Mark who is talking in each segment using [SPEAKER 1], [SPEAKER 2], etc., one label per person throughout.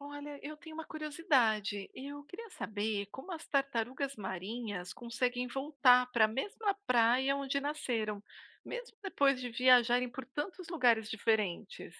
[SPEAKER 1] Olha, eu tenho uma curiosidade. Eu queria saber como as tartarugas marinhas conseguem voltar para a mesma praia onde nasceram, mesmo depois de viajarem por tantos lugares diferentes.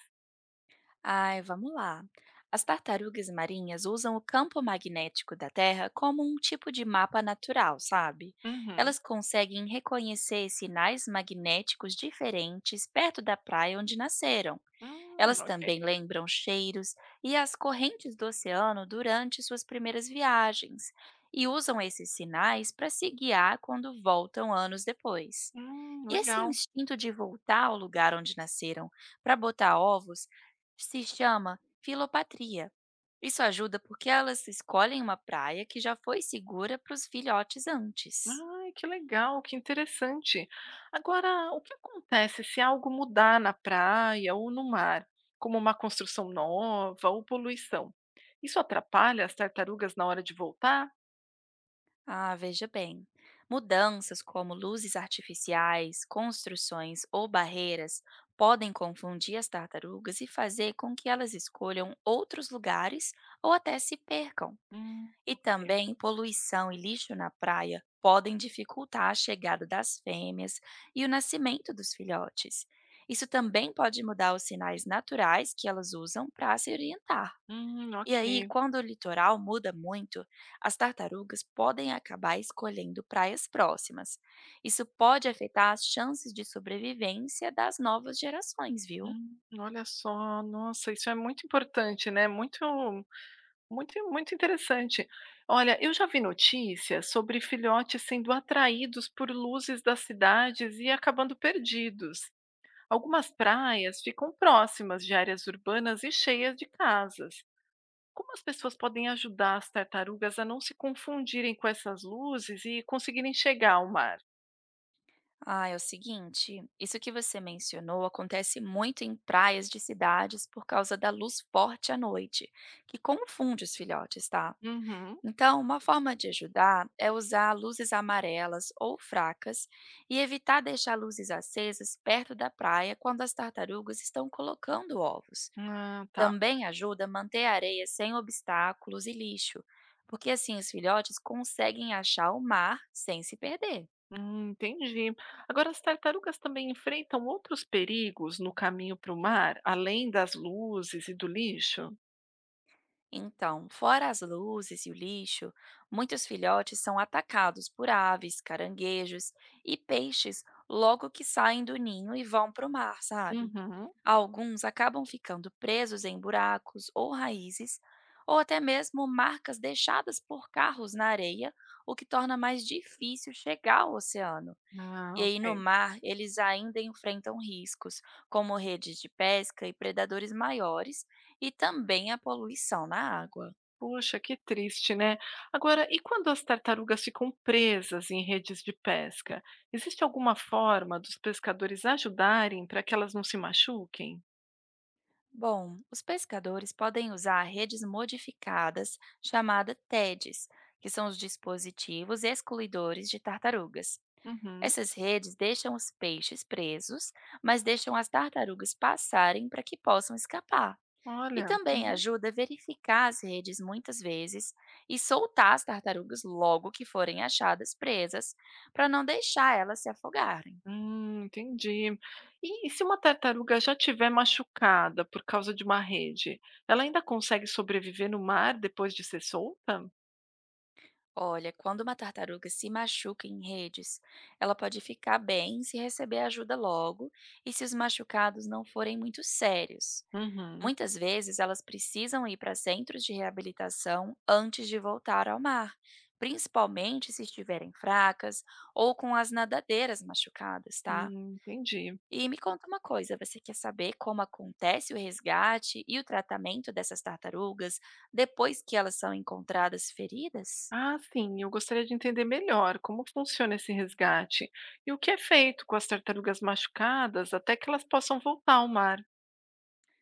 [SPEAKER 2] Ai, vamos lá. As tartarugas marinhas usam o campo magnético da Terra como um tipo de mapa natural, sabe? Elas
[SPEAKER 1] Uhum.
[SPEAKER 2] conseguem reconhecer sinais magnéticos diferentes perto da praia onde nasceram. Elas
[SPEAKER 1] Ok.
[SPEAKER 2] também lembram cheiros e as correntes do oceano durante suas primeiras viagens e usam esses sinais para se guiar quando voltam anos depois. E esse
[SPEAKER 1] Legal.
[SPEAKER 2] instinto de voltar ao lugar onde nasceram para botar ovos se chama filopatria. Isso ajuda porque elas escolhem uma praia que já foi segura para os filhotes antes.
[SPEAKER 1] Ai, que legal, que interessante. Agora, o que acontece se algo mudar na praia ou no mar, como uma construção nova ou poluição? Isso atrapalha as tartarugas na hora de voltar?
[SPEAKER 2] Ah, veja bem. Mudanças como luzes artificiais, construções ou barreiras podem confundir as tartarugas e fazer com que elas escolham outros lugares ou até se percam. E
[SPEAKER 1] Ok.
[SPEAKER 2] também poluição e lixo na praia podem dificultar a chegada das fêmeas e o nascimento dos filhotes. Isso também pode mudar os sinais naturais que elas usam para se orientar. E
[SPEAKER 1] Ok.
[SPEAKER 2] aí, quando o litoral muda muito, as tartarugas podem acabar escolhendo praias próximas. Isso pode afetar as chances de sobrevivência das novas gerações, viu?
[SPEAKER 1] Olha só, nossa, isso é muito importante, né, muito muito muito interessante. Olha, eu já vi notícias sobre filhotes sendo atraídos por luzes das cidades e acabando perdidos. Algumas praias ficam próximas de áreas urbanas e cheias de casas. Como as pessoas podem ajudar as tartarugas a não se confundirem com essas luzes e conseguirem chegar ao mar?
[SPEAKER 2] Ah, é o seguinte, isso que você mencionou acontece muito em praias de cidades por causa da luz forte à noite, que confunde os filhotes, tá?
[SPEAKER 1] Uhum.
[SPEAKER 2] Então, uma forma de ajudar é usar luzes amarelas ou fracas e evitar deixar luzes acesas perto da praia quando as tartarugas estão colocando ovos.
[SPEAKER 1] Ah, tá.
[SPEAKER 2] Também ajuda a manter a areia sem obstáculos e lixo, porque assim os filhotes conseguem achar o mar sem se perder.
[SPEAKER 1] Entendi. Agora, as tartarugas também enfrentam outros perigos no caminho para o mar, além das luzes e do lixo?
[SPEAKER 2] Então, fora as luzes e o lixo, muitos filhotes são atacados por aves, caranguejos e peixes logo que saem do ninho e vão para o mar, sabe?
[SPEAKER 1] Uhum.
[SPEAKER 2] Alguns acabam ficando presos em buracos ou raízes, ou até mesmo marcas deixadas por carros na areia, o que torna mais difícil chegar ao oceano.
[SPEAKER 1] Ah,
[SPEAKER 2] E aí, no
[SPEAKER 1] ok.
[SPEAKER 2] mar, eles ainda enfrentam riscos, como redes de pesca e predadores maiores, e também a poluição na água.
[SPEAKER 1] Puxa, que triste, né? Agora, e quando as tartarugas ficam presas em redes de pesca? Existe alguma forma dos pescadores ajudarem para que elas não se machuquem?
[SPEAKER 2] Bom, os pescadores podem usar redes modificadas, chamadas TEDs, que são os dispositivos excluidores de tartarugas.
[SPEAKER 1] Uhum.
[SPEAKER 2] Essas redes deixam os peixes presos, mas deixam as tartarugas passarem para que possam escapar. E
[SPEAKER 1] Olha,
[SPEAKER 2] também
[SPEAKER 1] uhum.
[SPEAKER 2] ajuda a verificar as redes muitas vezes e soltar as tartarugas logo que forem achadas presas, para não deixar elas se afogarem.
[SPEAKER 1] Entendi. E se uma tartaruga já tiver machucada por causa de uma rede, ela ainda consegue sobreviver no mar depois de ser solta?
[SPEAKER 2] Olha, quando uma tartaruga se machuca em redes, ela pode ficar bem se receber ajuda logo e se os machucados não forem muito sérios.
[SPEAKER 1] Uhum.
[SPEAKER 2] Muitas vezes elas precisam ir para centros de reabilitação antes de voltar ao mar, principalmente se estiverem fracas ou com as nadadeiras machucadas, tá?
[SPEAKER 1] Entendi.
[SPEAKER 2] E me conta uma coisa, você quer saber como acontece o resgate e o tratamento dessas tartarugas depois que elas são encontradas feridas?
[SPEAKER 1] Ah, sim, eu gostaria de entender melhor como funciona esse resgate e o que é feito com as tartarugas machucadas até que elas possam voltar ao mar.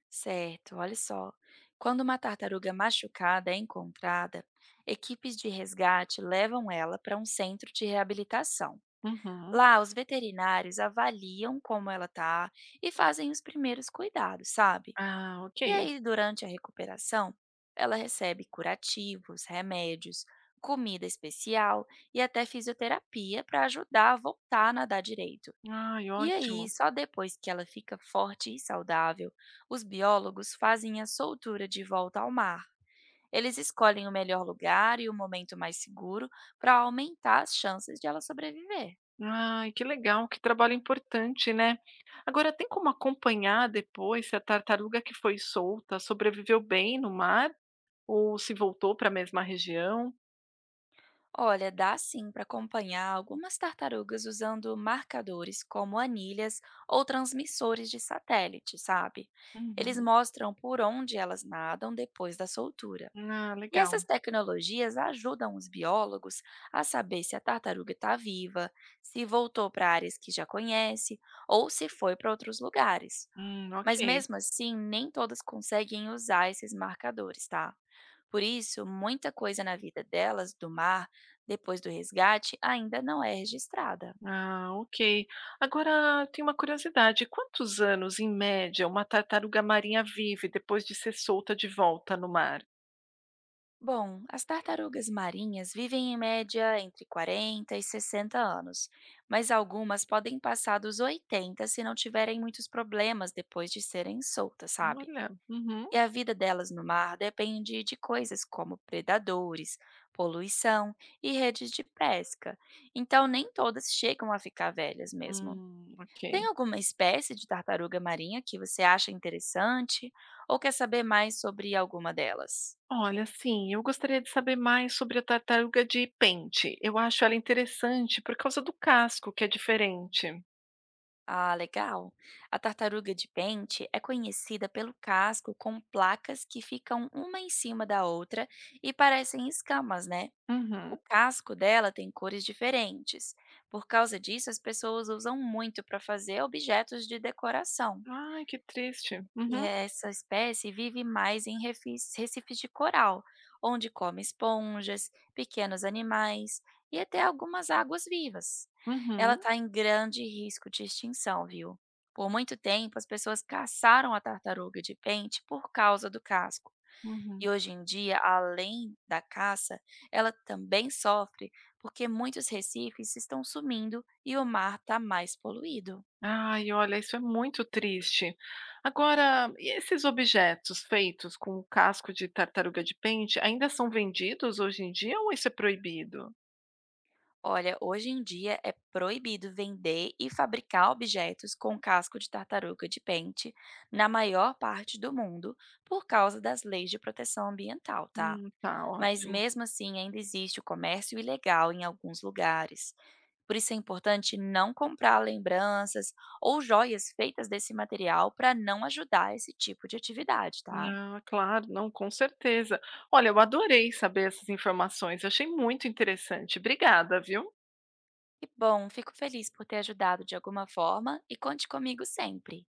[SPEAKER 2] Certo, olha só. Quando uma tartaruga machucada é encontrada, equipes de resgate levam ela para um centro de reabilitação.
[SPEAKER 1] Uhum.
[SPEAKER 2] Lá, os veterinários avaliam como ela tá e fazem os primeiros cuidados, sabe?
[SPEAKER 1] Ah,
[SPEAKER 2] E
[SPEAKER 1] ok.
[SPEAKER 2] aí, durante a recuperação, ela recebe curativos, remédios, comida especial e até fisioterapia para ajudar a voltar a nadar direito.
[SPEAKER 1] Ai,
[SPEAKER 2] E aí,
[SPEAKER 1] ótimo.
[SPEAKER 2] só depois que ela fica forte e saudável, os biólogos fazem a soltura de volta ao mar. Eles escolhem o melhor lugar e o momento mais seguro para aumentar as chances de ela sobreviver.
[SPEAKER 1] Ai, que legal, que trabalho importante, né. Agora tem como acompanhar depois se a tartaruga que foi solta sobreviveu bem no mar ou se voltou para a mesma região?
[SPEAKER 2] Olha, dá sim para acompanhar algumas tartarugas usando marcadores como anilhas ou transmissores de satélite, sabe? Eles
[SPEAKER 1] Uhum.
[SPEAKER 2] mostram por onde elas nadam depois da soltura.
[SPEAKER 1] Ah,
[SPEAKER 2] E essas
[SPEAKER 1] legal.
[SPEAKER 2] tecnologias ajudam os biólogos a saber se a tartaruga está viva, se voltou para áreas que já conhece ou se foi para outros lugares.
[SPEAKER 1] Ok.
[SPEAKER 2] Mas mesmo assim, nem todas conseguem usar esses marcadores, tá? Por isso, muita coisa na vida delas do mar, depois do resgate, ainda não é registrada.
[SPEAKER 1] Ah, ok. Agora tem uma curiosidade, quantos anos em média uma tartaruga marinha vive depois de ser solta de volta no mar?
[SPEAKER 2] Bom, as tartarugas marinhas vivem em média entre 40 e 60 anos, mas algumas podem passar dos 80 se não tiverem muitos problemas depois de serem soltas, sabe?
[SPEAKER 1] Olha, uhum,
[SPEAKER 2] E a vida delas no mar depende de coisas como predadores, poluição e redes de pesca, então nem todas chegam a ficar velhas mesmo. Tem
[SPEAKER 1] ok.
[SPEAKER 2] alguma espécie de tartaruga marinha que você acha interessante ou quer saber mais sobre alguma delas?
[SPEAKER 1] Olha, sim, eu gostaria de saber mais sobre a tartaruga de pente. Eu acho ela interessante por causa do casco, que é diferente.
[SPEAKER 2] Ah, legal. A tartaruga de pente é conhecida pelo casco com placas que ficam uma em cima da outra e parecem escamas, né? O
[SPEAKER 1] Uhum.
[SPEAKER 2] casco dela tem cores diferentes. Por causa disso, as pessoas usam muito para fazer objetos de decoração.
[SPEAKER 1] Ai, que triste.
[SPEAKER 2] E
[SPEAKER 1] Uhum,
[SPEAKER 2] essa espécie vive mais em recifes de coral, onde come esponjas, pequenos animais e até algumas águas vivas. Ela
[SPEAKER 1] uhum,
[SPEAKER 2] está em grande risco de extinção, viu? Por muito tempo, as pessoas caçaram a tartaruga de pente por causa do casco.
[SPEAKER 1] uhum.
[SPEAKER 2] E hoje em dia, além da caça, ela também sofre porque muitos recifes estão sumindo e o mar está mais poluído.
[SPEAKER 1] Ai, olha, isso é muito triste. Agora, e esses objetos feitos com o casco de tartaruga de pente ainda são vendidos hoje em dia ou isso é proibido?
[SPEAKER 2] Olha, hoje em dia é proibido vender e fabricar objetos com casco de tartaruga de pente na maior parte do mundo por causa das leis de proteção ambiental, tá?
[SPEAKER 1] Tá
[SPEAKER 2] Mas
[SPEAKER 1] ótimo.
[SPEAKER 2] mesmo assim, ainda existe o comércio ilegal em alguns lugares. Por isso é importante não comprar lembranças ou joias feitas desse material para não ajudar esse tipo de atividade, tá?
[SPEAKER 1] Ah, claro, não, com certeza. Olha, eu adorei saber essas informações, eu achei muito interessante. Obrigada, viu?
[SPEAKER 2] E bom, fico feliz por ter ajudado de alguma forma e conte comigo sempre.